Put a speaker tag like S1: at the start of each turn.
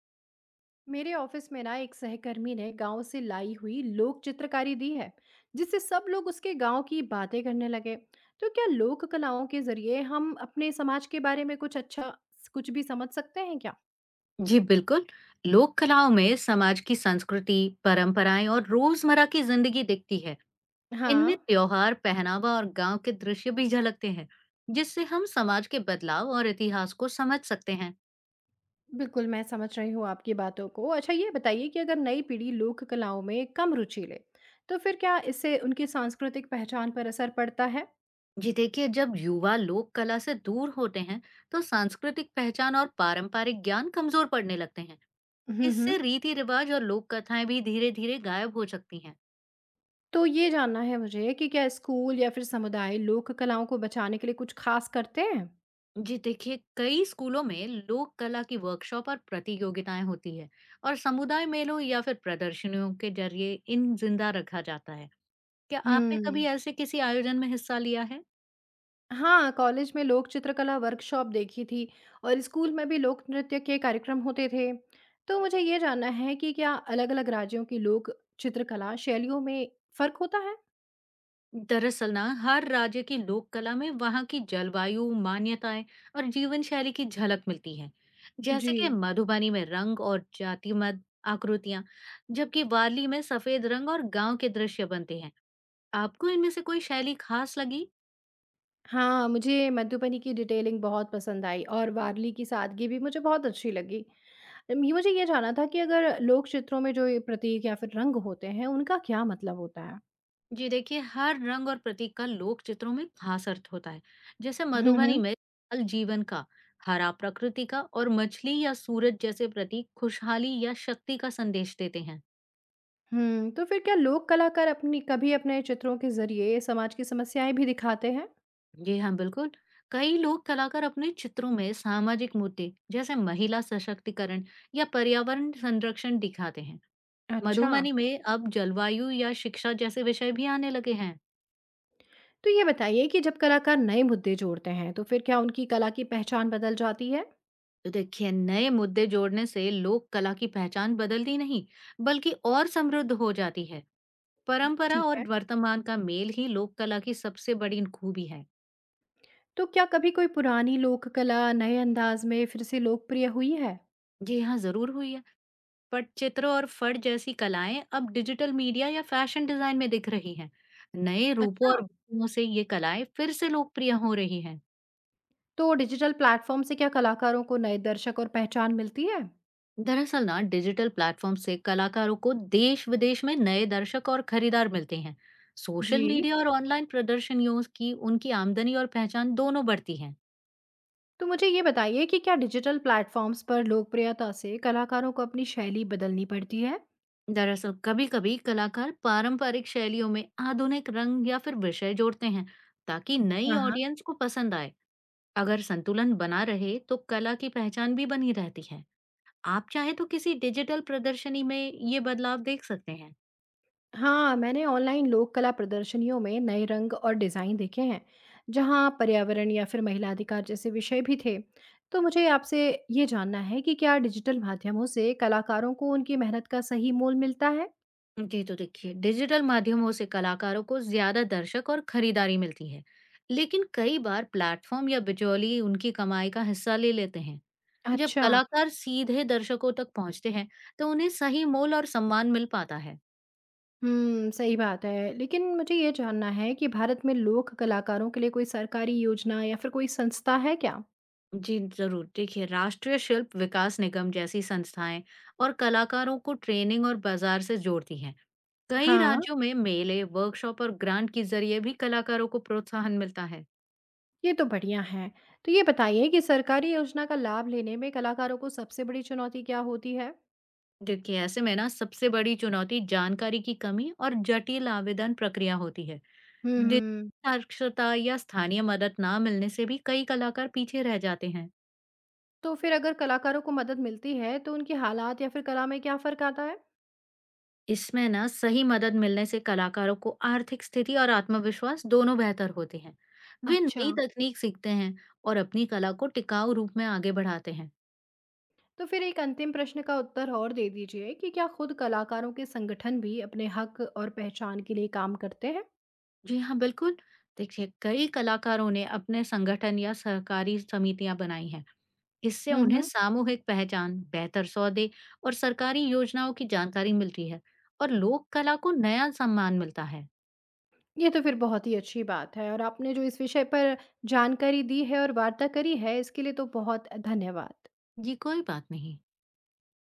S1: मेरे ऑफिस में ना एक सहकर्मी ने गांव से लाई हुई लोक चित्रकारी दी है, जिससे सब लोग उसके गांव की बातें करने लगे। तो क्या लोक कलाओं के जरिए हम अपने समाज के बारे में कुछ अच्छा, कुछ भी समझ सकते हैं क्या?
S2: जी बिल्कुल। लोक कलाओं में समाज की संस्कृति, परंपराएं और रोजमर्रा की जिंदगी दिखती है। इनमें
S1: हाँ,
S2: त्योहार, पहनावा और गांव के दृश्य भी झलकते हैं, जिससे हम समाज के बदलाव और इतिहास को समझ सकते हैं।
S1: बिल्कुल मैं समझ रही हूँ आपकी बातों को। अच्छा, ये बताइए कि अगर नई पीढ़ी लोक कलाओं में कम रुचि ले, तो फिर क्या इससे उनकी सांस्कृतिक पहचान पर असर पड़ता है?
S2: जी देखिए, जब युवा लोक कला से दूर होते हैं, तो सांस्कृतिक पहचान और पारंपरिक ज्ञान कमजोर पड़ने लगते हैं।
S1: हम्म, हम्म।
S2: इससे रीति रिवाज और लोक कथाएं भी धीरे धीरे गायब हो सकती हैं।
S1: तो ये जानना है मुझे कि क्या स्कूल या फिर समुदाय लोक कलाओं को बचाने के लिए कुछ खास करते हैं?
S2: जी देखिए, कई स्कूलों में लोक कला की वर्कशॉप और प्रतियोगिताएं होती है, और समुदाय मेलों या फिर प्रदर्शनियों के जरिए इन जिंदा रखा जाता है। क्या आपने
S1: हुँ।
S2: कभी ऐसे किसी आयोजन में हिस्सा लिया है?
S1: हाँ, कॉलेज में लोक चित्रकला वर्कशॉप देखी थी और स्कूल में भी लोक नृत्य के कार्यक्रम होते थे। तो मुझे ये जानना है कि क्या अलग-अलग राज्यों की लोक चित्रकला शैलियों में फ़र्क होता है?
S2: दरअसल ना, हर राज्य की लोक कला में वहाँ की जलवायु, मान्यताएं और जीवन शैली की झलक मिलती है। जैसे कि
S1: जी।
S2: मधुबनी में रंग और जातिमत आकृतियां, जबकि वाली में सफेद रंग और गांव के दृश्य बनते हैं। आपको इनमें से कोई शैली खास लगी?
S1: हाँ, मुझे मधुबनी की डिटेलिंग बहुत पसंद आई और वारली की सादगी भी मुझे बहुत अच्छी लगी। मुझे ये जानना था कि अगर लोक चित्रों में जो ये प्रतीक या फिर रंग होते हैं, उनका क्या मतलब होता है?
S2: जी देखिए, हर रंग और प्रतीक का लोक चित्रों में खास अर्थ होता है। जैसे
S1: हुँ,
S2: मधुबनी
S1: हुँ।
S2: में जल जीवन का, हरा प्रकृति का, और मछली या सूरज जैसे प्रतीक खुशहाली या शक्ति का संदेश देते हैं।
S1: हुँ, तो फिर क्या लोक कलाकार अपनी कभी अपने चित्रों के ज़रिए समाज की समस्याएँ भी दिखाते हैं?
S2: जी हाँ, बिल्कुल। कई लोक कलाकार अपने चित्रों में सामाजिक मुद्दे जैसे महिला सशक्तिकरण या पर्यावरण संरक्षण दिखाते हैं।
S1: अच्छा,
S2: मधुबनी में अब जलवायु या शिक्षा जैसे विषय भी आने लगे हैं।
S1: तो ये बताइए कि जब कलाकार नए मुद्दे जोड़ते हैं, तो फिर क्या उनकी कला की पहचान बदल जाती है?
S2: तो देखिए, नए मुद्दे जोड़ने से लोक कला की पहचान बदलती नहीं, बल्कि और समृद्ध हो जाती है। परंपरा
S1: ठीक
S2: और
S1: है।
S2: वर्तमान का मेल ही लोक कला की सबसे बड़ी खूबी है।
S1: तो क्या कभी कोई पुरानी लोक कला नए अंदाज में फिर से लोकप्रिय हुई है?
S2: ये यहाँ जरूर हुई है। पटचित्र और फट जैसी कलाएं अब डिजिटल मीडिया या फैशन डिजाइन में दिख रही हैं। नए रूपों
S1: अच्छा,
S2: और विधियों से ये कलाएं फिर से लोकप्रिय हो रही हैं।
S1: तो डिजिटल प्लेटफ़ॉर्म से क्या कलाकारों को नए दर्शक और पहचान मिलती है?
S2: दरअसल ना, डिजिटल प्लेटफॉर्म से कलाकारों को देश विदेश में नए दर्शक और खरीदार मिलते हैं। सोशल
S1: जी,
S2: मीडिया और ऑनलाइन प्रदर्शनियों की उनकी आमदनी और पहचान दोनों बढ़ती है।
S1: तो मुझे ये बताइए कि क्या डिजिटल प्लेटफ़ॉर्म्स पर लोकप्रियता से कलाकारों को अपनी शैली बदलनी पड़ती है?
S2: दरअसल, कभी कभी कलाकार पारंपरिक शैलियों में आधुनिक रंग या फिर विषय जोड़ते हैं, ताकि नई
S1: हाँ, हाँ।
S2: ऑडियंस को पसंद आए। अगर संतुलन बना रहे तो कला की पहचान भी बनी रहती है। आप चाहे तो किसी डिजिटल प्रदर्शनी में ये बदलाव देख सकते हैं।
S1: हाँ, मैंने ऑनलाइन लोक कला प्रदर्शनियों में नए रंग और डिज़ाइन देखे हैं, जहाँ पर्यावरण या फिर महिला अधिकार जैसे विषय भी थे। तो मुझे आपसे ये जानना है कि क्या डिजिटल माध्यमों से कलाकारों को उनकी मेहनत का सही मोल मिलता है?
S2: जी, तो देखिए, डिजिटल माध्यमों से कलाकारों को ज्यादा दर्शक और खरीदारी मिलती है, लेकिन कई बार प्लेटफॉर्म या बिचौली उनकी कमाई का हिस्सा ले लेते हैं। जब
S1: अच्छा।
S2: कलाकार सीधे दर्शकों तक पहुंचते हैं, तो उन्हें सही मोल और सम्मान मिल पाता है।
S1: सही बात है। लेकिन मुझे ये जानना है कि भारत में लोक कलाकारों के लिए कोई सरकारी योजना या फिर कोई संस्था है क्या?
S2: जी जरूर, देखिए राष्ट्रीय शिल्प विकास निगम जैसी संस्थाएं और कलाकारों को ट्रेनिंग और बाजार से जोड़ती हैं। कई
S1: हाँ,
S2: राज्यों में मेले, वर्कशॉप और ग्रांट के जरिए भी कलाकारों को प्रोत्साहन मिलता है।
S1: ये तो बढ़िया है। तो ये बताइए कि सरकारी योजना का लाभ लेने में कलाकारों को सबसे बड़ी चुनौती क्या होती है?
S2: देखिए, ऐसे में ना, सबसे बड़ी चुनौती जानकारी की कमी और जटिल आवेदन प्रक्रिया होती है।
S1: हम्म।
S2: डिजिटल साक्षरता या स्थानीय मदद ना मिलने से भी कई कलाकार पीछे रह जाते हैं।
S1: तो फिर अगर कलाकारों को मदद मिलती है, तो उनके हालात या फिर कला में क्या फ़र्क आता है?
S2: इसमें ना, सही मदद मिलने से कलाकारों को आर्थिक स्थिति और आत्मविश्वास दोनों बेहतर होते हैं। वे
S1: अच्छा।
S2: नई तकनीक सीखते हैं और अपनी कला को टिकाऊ रूप में आगे बढ़ाते हैं।
S1: तो फिर एक अंतिम प्रश्न का उत्तर और दे दीजिए कि क्या खुद कलाकारों के संगठन भी अपने हक और पहचान के लिए काम करते हैं?
S2: जी हाँ, बिल्कुल। देखिए, कई कलाकारों ने अपने संगठन या सहकारी समितियां बनाई हैं। इससे
S1: हम्म,
S2: उन्हें
S1: हम्म।
S2: सामूहिक पहचान, बेहतर सौदे और सरकारी योजनाओं की जानकारी मिलती है, और लोक कला को नया सम्मान मिलता है।
S1: ये तो फिर बहुत ही अच्छी बात है और आपने जो इस विषय पर जानकारी दी है और वार्ता करी है, इसके लिए तो बहुत धन्यवाद।
S2: ये कोई बात नहीं।